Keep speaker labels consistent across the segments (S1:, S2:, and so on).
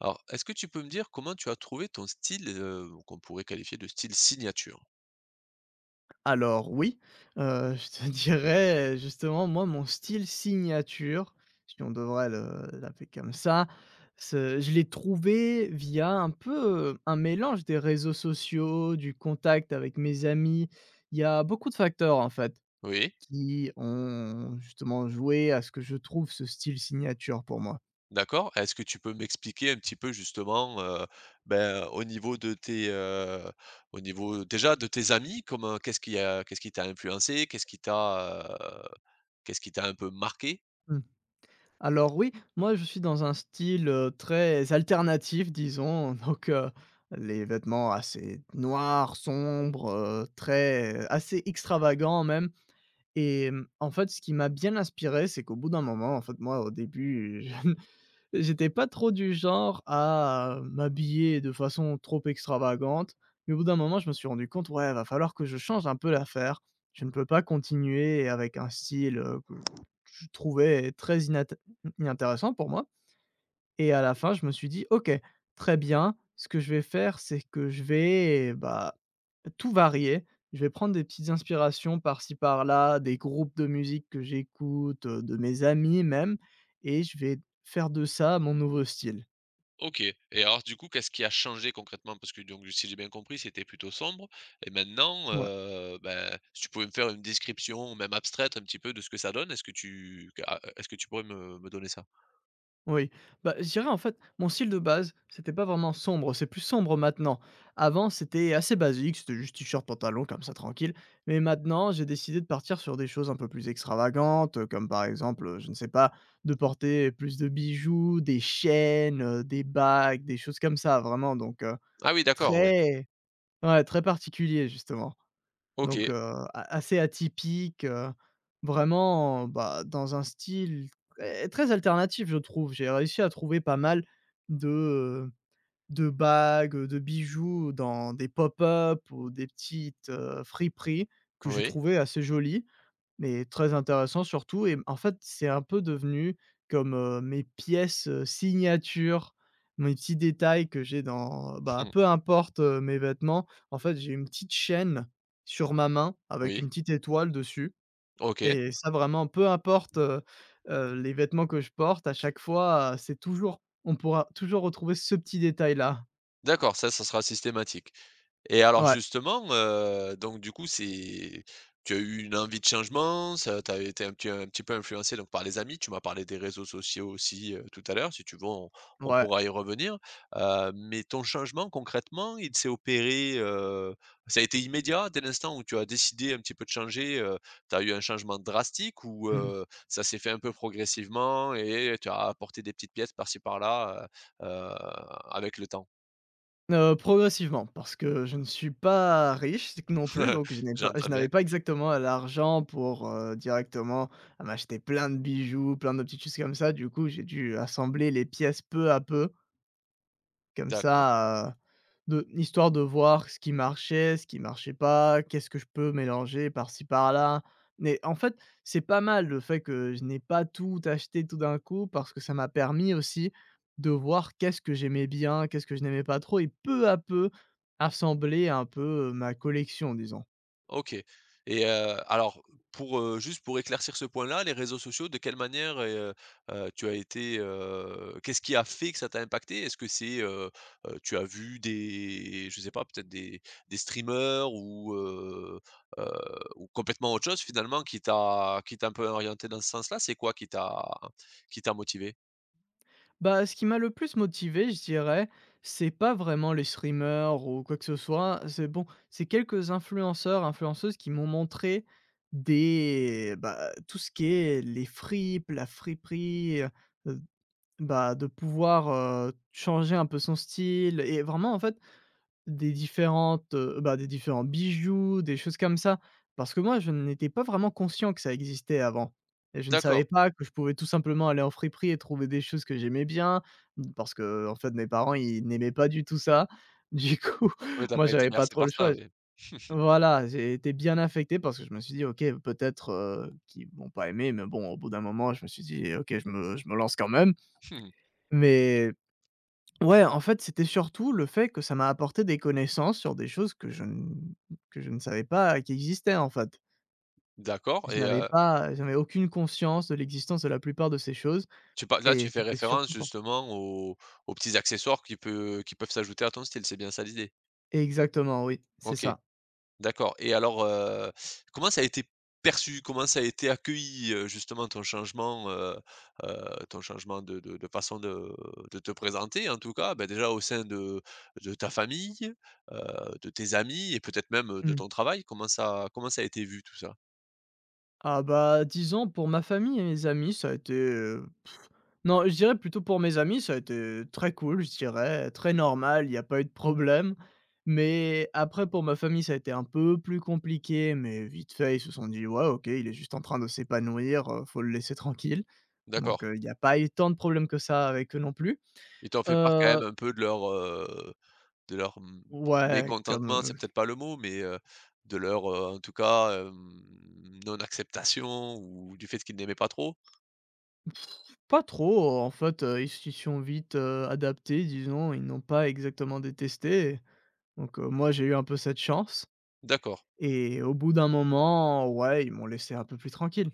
S1: Alors, est-ce que tu peux me dire comment tu as trouvé ton style, qu'on pourrait qualifier de style signature?
S2: Alors oui, je te dirais, justement, moi, mon style signature, si on devrait le l'appeler comme ça, ce je l'ai trouvé via un peu, un mélange des réseaux sociaux, du contact avec mes amis. Il y a beaucoup de facteurs, en fait,
S1: Oui.
S2: qui ont justement joué à ce que je trouve ce style signature pour moi.
S1: D'accord. Est-ce que tu peux m'expliquer un petit peu justement, ben, au niveau de tes, au niveau déjà de tes amis, comment qu'est-ce qui t'a influencé? Heu, qu'est-ce qui t'a un peu marqué?
S2: Mmh. Alors oui, moi je suis dans un style, très alternatif disons donc, les vêtements assez noirs, sombres, très assez extravagants même et en fait ce qui m'a bien inspiré, c'est qu'au bout d'un moment, en fait moi au début, je J'étais pas trop du genre à, m'habiller de façon trop extravagante, mais au bout d'un moment, je me suis rendu compte : « Ouais, va falloir que je change un peu l'affaire. Je ne peux pas continuer avec un style, que je trouvais très inat inintéressant pour moi ». Et à la fin, je me suis dit : « OK, très bien, ce que je vais faire, c'est que je vais, bah, tout varier. Je vais prendre des petites inspirations par-ci par-là, des groupes de musique que j'écoute, de mes amis même et je vais faire de ça mon nouveau style ».
S1: OK et alors du coup, qu'est-ce qui a changé concrètement? Parce que donc si j'ai bien compris, c'était plutôt sombre et maintenant,
S2: Ouais.
S1: ben, si tu pouvais me faire une description, même abstraite un petit peu de ce que ça donne, est-ce que tu pourrais me donner ça?
S2: Oui, bah, je dirais en fait, mon style de base, c'était pas vraiment sombre, c'est plus sombre maintenant. Avant, c'était assez basique, c'était juste t-shirt, pantalon, comme ça, tranquille. Mais maintenant, j'ai décidé de partir sur des choses un peu plus extravagantes, comme par exemple, je ne sais pas, de porter plus de bijoux, des chaînes, des bagues, des choses comme ça, vraiment. Donc,
S1: Ah oui, d'accord. Oui.
S2: très, ouais, très particulier, justement. Donc
S1: OK.
S2: a assez atypique, vraiment, bah, dans un style très très alternatif, je trouve. J'ai réussi à trouver pas mal de, de bagues, de bijoux dans des pop-up ou des petites, friperies que j'ai
S1: Oui.
S2: trouvées assez jolies. Mais très intéressant surtout et en fait, c'est un peu devenu comme, mes pièces, signatures, mes petits détails que j'ai dans bah,
S1: Mmh.
S2: peu importe, mes vêtements. En fait, j'ai une petite chaîne sur ma main avec
S1: Oui.
S2: une petite étoile dessus
S1: OK.
S2: et ça vraiment, peu importe, les vêtements que je porte, à chaque fois, c'est toujours on pourra toujours retrouver ce petit détail-là.
S1: D'accord, ça sera systématique et alors
S2: Ouais,
S1: justement, donc du coup, c'est tu as eu une envie de changement, ça tu été un petit peu influencé donc par les amis, tu m'as parlé des réseaux sociaux aussi, tout à l'heure, si tu veux, on
S2: ouais.
S1: pourra y revenir, mais ton changement concrètement, il s'est opéré, ça a été immédiat dès l'instant où tu as décidé un petit peu de changer, tu as eu un changement drastique ou,
S2: Mmh.
S1: ça s'est fait un peu progressivement et tu as apporté des petites pièces par-ci par-là, heu heu, avec le temps?
S2: Progressivement, parce que je ne suis pas riche c non plus, donc
S1: J'entends
S2: je n'avais
S1: bien.
S2: pas exactement l'argent pour, directement à m'acheter plein de bijoux, plein de petites choses comme ça. Du coup, j'ai dû assembler les pièces peu à peu comme
S1: D'accord.
S2: ça, de histoire de voir ce qui marchait pas, qu'est-ce que je peux mélanger par-ci par-là. Mais en fait, c'est pas mal le fait que je n'ai pas tout acheté tout d'un coup parce que ça m'a permis aussi de voir qu'est-ce que j'aimais bien, qu'est-ce que je n'aimais pas trop et peu à peu, assembler un peu, ma collection, disons.
S1: OK. Et, alors pour, juste pour éclaircir ce point-là, les réseaux sociaux, de quelle manière, tu as été, qu'est-ce qui a fait que ça t'a impacté? Est-ce que c'est, tu as vu des, je sais pas, peut-être des streamers heu, ou complètement autre chose finalement qui t'a un peu orienté dans ce sens-là? C'est quoi qui t'a motivé?
S2: Bah, ce qui m'a le plus motivé, je dirais, c'est pas vraiment les streamers ou quoi que ce soit. C'est bon, c'est quelques influenceurs, influenceuses qui m'ont montré des bah, tout ce qui est les fripes, la friperie, heu, bah, de pouvoir, changer un peu son style et vraiment en fait des différents bijoux, des choses comme ça. Parce que moi, je n'étais pas vraiment conscient que ça existait avant et je ne savais
S1: D'accord,
S2: pas que je pouvais tout simplement aller en friperie et trouver des choses que j'aimais bien, mmh, parce que en fait, mes parents, ils n'aimaient pas du tout ça. Du coup,
S1: oui, tu
S2: moi,
S1: pas été
S2: j'avais pas
S1: bercé
S2: trop
S1: par
S2: le choix.
S1: ça, oui.
S2: Voilà, j'ai été bien affecté parce que je me suis dit : « OK, peut-être, qu'ils vont pas aimer » mais bon, au bout d'un moment, je me suis dit : « OK, je me lance quand même »
S1: Hmm.
S2: mais Ouais, en fait, c'était surtout le fait que ça m'a apporté des connaissances sur des choses que je ne savais pas qui existaient, en fait.
S1: D'accord.
S2: Je
S1: Et
S2: n'avais pas J'avais aucune conscience de l'existence de la plupart de ces choses
S1: tu par là,
S2: et
S1: tu fais
S2: c'était
S1: référence
S2: surtout pour ça.
S1: justement aux petits accessoires qui peuvent s'ajouter à ton style, c'est bien ça l'idée?
S2: Exactement, oui, c'est
S1: OK,
S2: ça.
S1: d'accord. Et alors, comment ça a été perçu? Comment ça a été accueilli, justement ton changement de façon de te présenter, en tout cas, bah, déjà au sein de ta famille, de tes amis et peut-être même de
S2: Mmh.
S1: ton travail? Comment ça a été vu tout ça?
S2: Ah bah, disons pour ma famille et mes amis, non, je dirais plutôt pour mes amis, ça a été très cool, je dirais, très normal, il n'y a pas eu de problème. Mais après pour ma famille, ça a été un peu plus compliqué, mais vite fait, ils se sont dit : « Ouais, OK, il est juste en train de s'épanouir, faut le laisser tranquille ».
S1: D'accord,
S2: Donc, il n'y a pas eu tant de problèmes que ça avec eux non plus.
S1: ils t'ont fait part quand
S2: Heu,
S1: même un peu de leur, de leur,
S2: ouais,
S1: mécontentement,
S2: comme,
S1: c'est
S2: heu,
S1: peut-être pas le mot, mais, de leur, en tout cas, hem, non-acceptation ou du fait qu'ils n'aimaient pas trop?
S2: pas trop en fait, ils s'y sont vite, adaptés disons, ils n'ont pas exactement détesté. Donc, moi j'ai eu un peu cette chance.
S1: D'accord,
S2: Et au bout d'un moment, ouais, ils m'ont laissé un peu plus tranquille.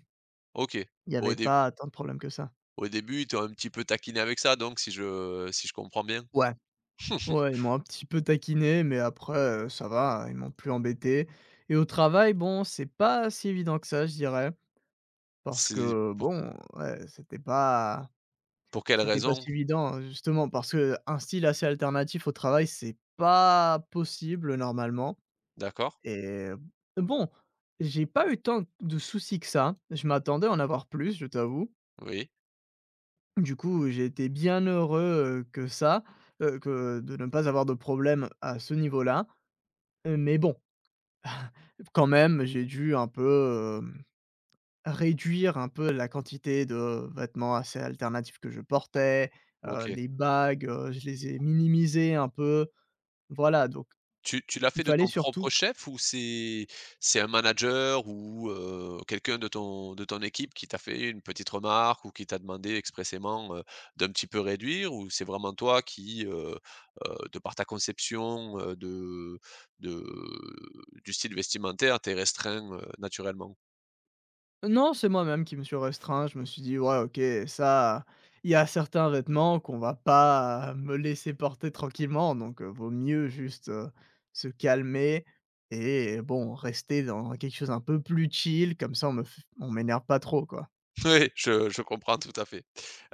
S1: OK.
S2: Il y
S1: Bon
S2: avait
S1: au dé
S2: pas tant de problèmes que ça.
S1: Au début, ils t'ont un petit peu taquiné avec ça, donc si je comprends bien?
S2: Ouais. Ouais, ils m'ont un petit peu taquiné, mais après, ça va, ils m'ont plus embêté. Et au travail, bon, c'est pas si évident que ça, je dirais, parce
S1: C'est
S2: que
S1: pour
S2: bon, ouais, c'était pas
S1: pour quelle
S2: c'était pas
S1: raison?
S2: si évident, justement, parce qu'un style assez alternatif au travail, c'est pas possible normalement
S1: D'accord,
S2: et bon, j'ai pas eu tant de soucis que ça. Je m'attendais à en avoir plus, je t'avoue.
S1: oui,
S2: Du coup, j'ai été bien heureux, heu, que ça, que de ne pas avoir de problème à ce niveau-là, mais bon, quand même, j'ai dû un peu, réduire un peu la quantité de vêtements assez alternatifs que je portais,
S1: OK.
S2: les bagues, je les ai minimisées un peu, voilà, donc
S1: Tu l'as
S2: il
S1: fait de
S2: fallait
S1: ton
S2: surtout.
S1: propre chef ou c'est un manager ou, quelqu'un de ton équipe qui t'a fait une petite remarque ou qui t'a demandé expressément, d'un petit peu réduire, ou c'est vraiment toi qui, de par ta conception, de de du style vestimentaire, t'es restreint, naturellement?
S2: Non, c'est moi-même qui me suis restreint. Je me suis dit : « Ouais, OK, ça, il y a certains vêtements qu'on va pas me laisser porter tranquillement, donc, vaut mieux juste, se calmer et bon, rester dans quelque chose un peu plus chill, comme ça on me f on m'énerve pas trop, quoi ».
S1: Oui, je comprends tout à fait.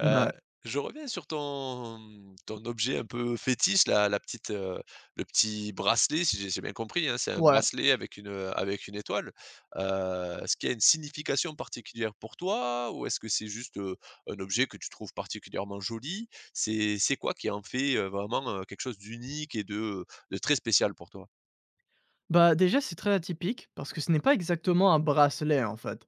S1: Heu, je reviens sur ton, ton objet un peu fétiche, la petite, le petit bracelet, si j'ai bien compris, hein, c'est un
S2: ouais.
S1: bracelet avec une étoile. Est-ce qu'il y a une signification particulière pour toi? Ou est-ce que c'est juste, un objet que tu trouves particulièrement joli? C'est quoi qui en fait, vraiment, quelque chose d'unique et de très spécial pour toi?
S2: Bah, déjà, c'est très atypique parce que ce n'est pas exactement un bracelet, en fait.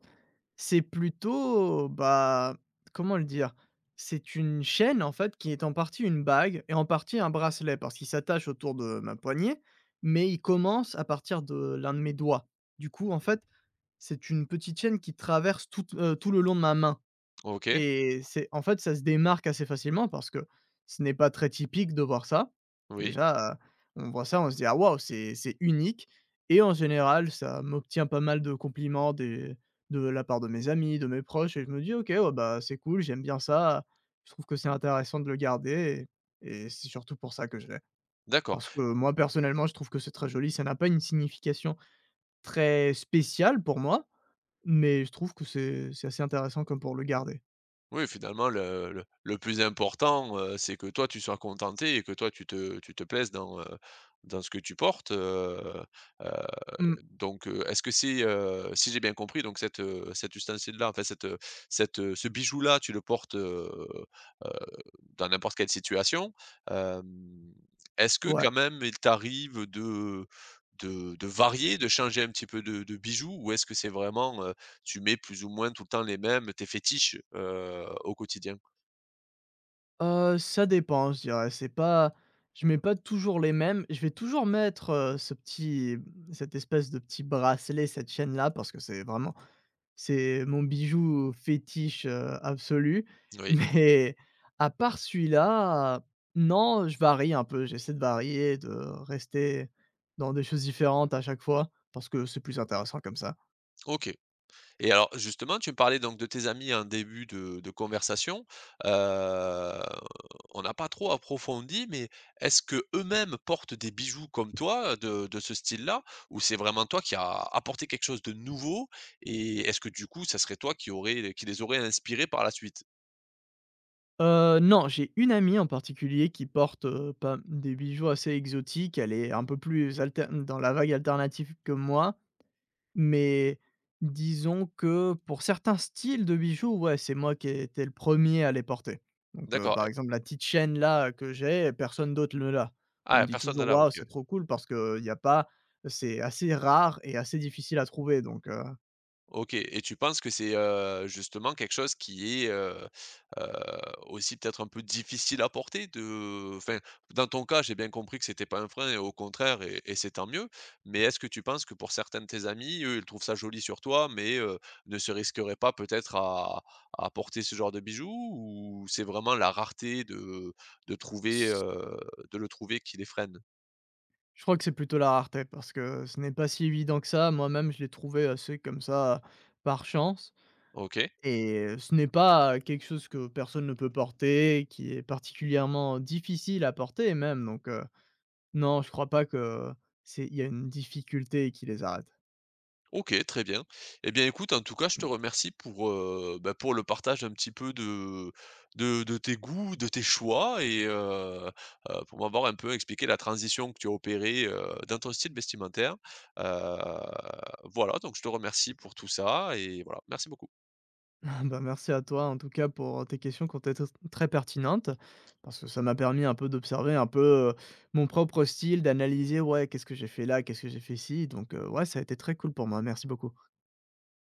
S2: C'est plutôt, bah, comment le dire? C'est une chaîne, en fait, qui est en partie une bague et en partie un bracelet parce qu'il s'attache autour de ma poignée, mais il commence à partir de l'un de mes doigts. Du coup, en fait, c'est une petite chaîne qui traverse tout le long de ma main.
S1: OK,
S2: Et c'est en fait, ça se démarque assez facilement parce que ce n'est pas très typique de voir ça.
S1: oui,
S2: Déjà, on voit ça, on se dit : « Ah waouh, c'est unique » et en général, ça m'obtient pas mal de compliments des de la part de mes amis, de mes proches et je me dis : « OK, ouais, bah, c'est cool, j'aime bien ça, je trouve que c'est intéressant de le garder » et c'est surtout pour ça que je l'ai.
S1: d'accord.
S2: Parce que moi, personnellement, je trouve que c'est très joli, ça n'a pas une signification très spéciale pour moi, mais je trouve que c'est assez intéressant comme pour le garder.
S1: Oui, finalement, le plus important, c'est que toi, tu sois contenté et que toi, tu te plaises dans, dans ce que tu portes, heu
S2: Mmh.
S1: donc, est-ce que c'est, si j'ai bien compris donc cette, cet ustensile-là, enfin cette, cette, ce bijou-là, tu le portes, heu, dans n'importe quelle situation. Hem, est-ce que
S2: Ouais.
S1: quand même il t'arrive de varier, de changer un petit peu de bijoux? Ou est-ce que c'est vraiment, tu mets plus ou moins tout le temps les mêmes, tes fétiches, au quotidien?
S2: Ça dépend, je dirais. C'est pas Je mets pas toujours les mêmes. Je vais toujours mettre, ce petit cette espèce de petit bracelet, cette chaîne-là, parce que c'est mon bijou fétiche, absolu.
S1: Oui,
S2: Mais à part celui-là, non, je varie un peu, j'essaie de varier, de rester dans des choses différentes à chaque fois parce que c'est plus intéressant comme ça.
S1: OK. Et alors justement, tu me parlais donc de tes amis en début de conversation, heu, on n'a pas trop approfondi, mais est-ce que eux mêmes portent des bijoux comme toi, de ce style-là? Ou c'est vraiment toi qui as apporté quelque chose de nouveau, et est-ce que du coup, ça serait toi qui les aurais inspirés par la suite?
S2: Non, j'ai une amie en particulier qui porte, pas des bijoux assez exotiques. Elle est un peu plus altern dans la vague alternative que moi, mais disons que pour certains styles de bijoux, ouais, c'est moi qui ai été le premier à les porter. Donc,
S1: D'accord,
S2: par exemple, la petite chaîne là que j'ai, personne d'autre ne l'a. On me
S1: ah
S2: dit
S1: personne
S2: toujours : «
S1: là,
S2: Waouh,
S1: OK.
S2: c'est trop cool » parce qu'il y a pas c'est assez rare et assez difficile à trouver donc.
S1: OK, et tu penses que c'est, justement quelque chose qui est, heu, aussi peut-être un peu difficile à porter de, enfin, dans ton cas, j'ai bien compris que c'était pas un frein, et au contraire, et c'est tant mieux. Mais est-ce que tu penses que pour certains de tes amis, eux, ils trouvent ça joli sur toi, mais, ne se risqueraient pas peut-être à porter ce genre de bijoux? Ou c'est vraiment la rareté de trouver, de le trouver qui les freine?
S2: Je crois que c'est plutôt la rareté parce que ce n'est pas si évident que ça. Moi-même, je l'ai trouvé assez comme ça, par chance
S1: OK.
S2: et ce n'est pas quelque chose que personne ne peut porter, qui est particulièrement difficile à porter même donc, non, je crois pas que c'est il y a une difficulté qui les arrête.
S1: OK, très bien. Eh bien, écoute, en tout cas, je te
S2: Mmh.
S1: remercie pour, bah, pour le partage un petit peu de tes goûts, de tes choix et pour m'avoir un peu expliqué la transition que tu as opérée, dans ton style vestimentaire. Heu, voilà, donc je te remercie pour tout ça et voilà, merci beaucoup.
S2: Ah bah, merci à toi en tout cas pour tes questions qui ont été très pertinentes, parce que ça m'a permis un peu d'observer un peu euh, mon propre style, d'analyser, ouais, qu'est-ce que j'ai fait là, qu'est-ce que j'ai fait ici. Donc, ouais, ça a été très cool pour moi. Merci beaucoup.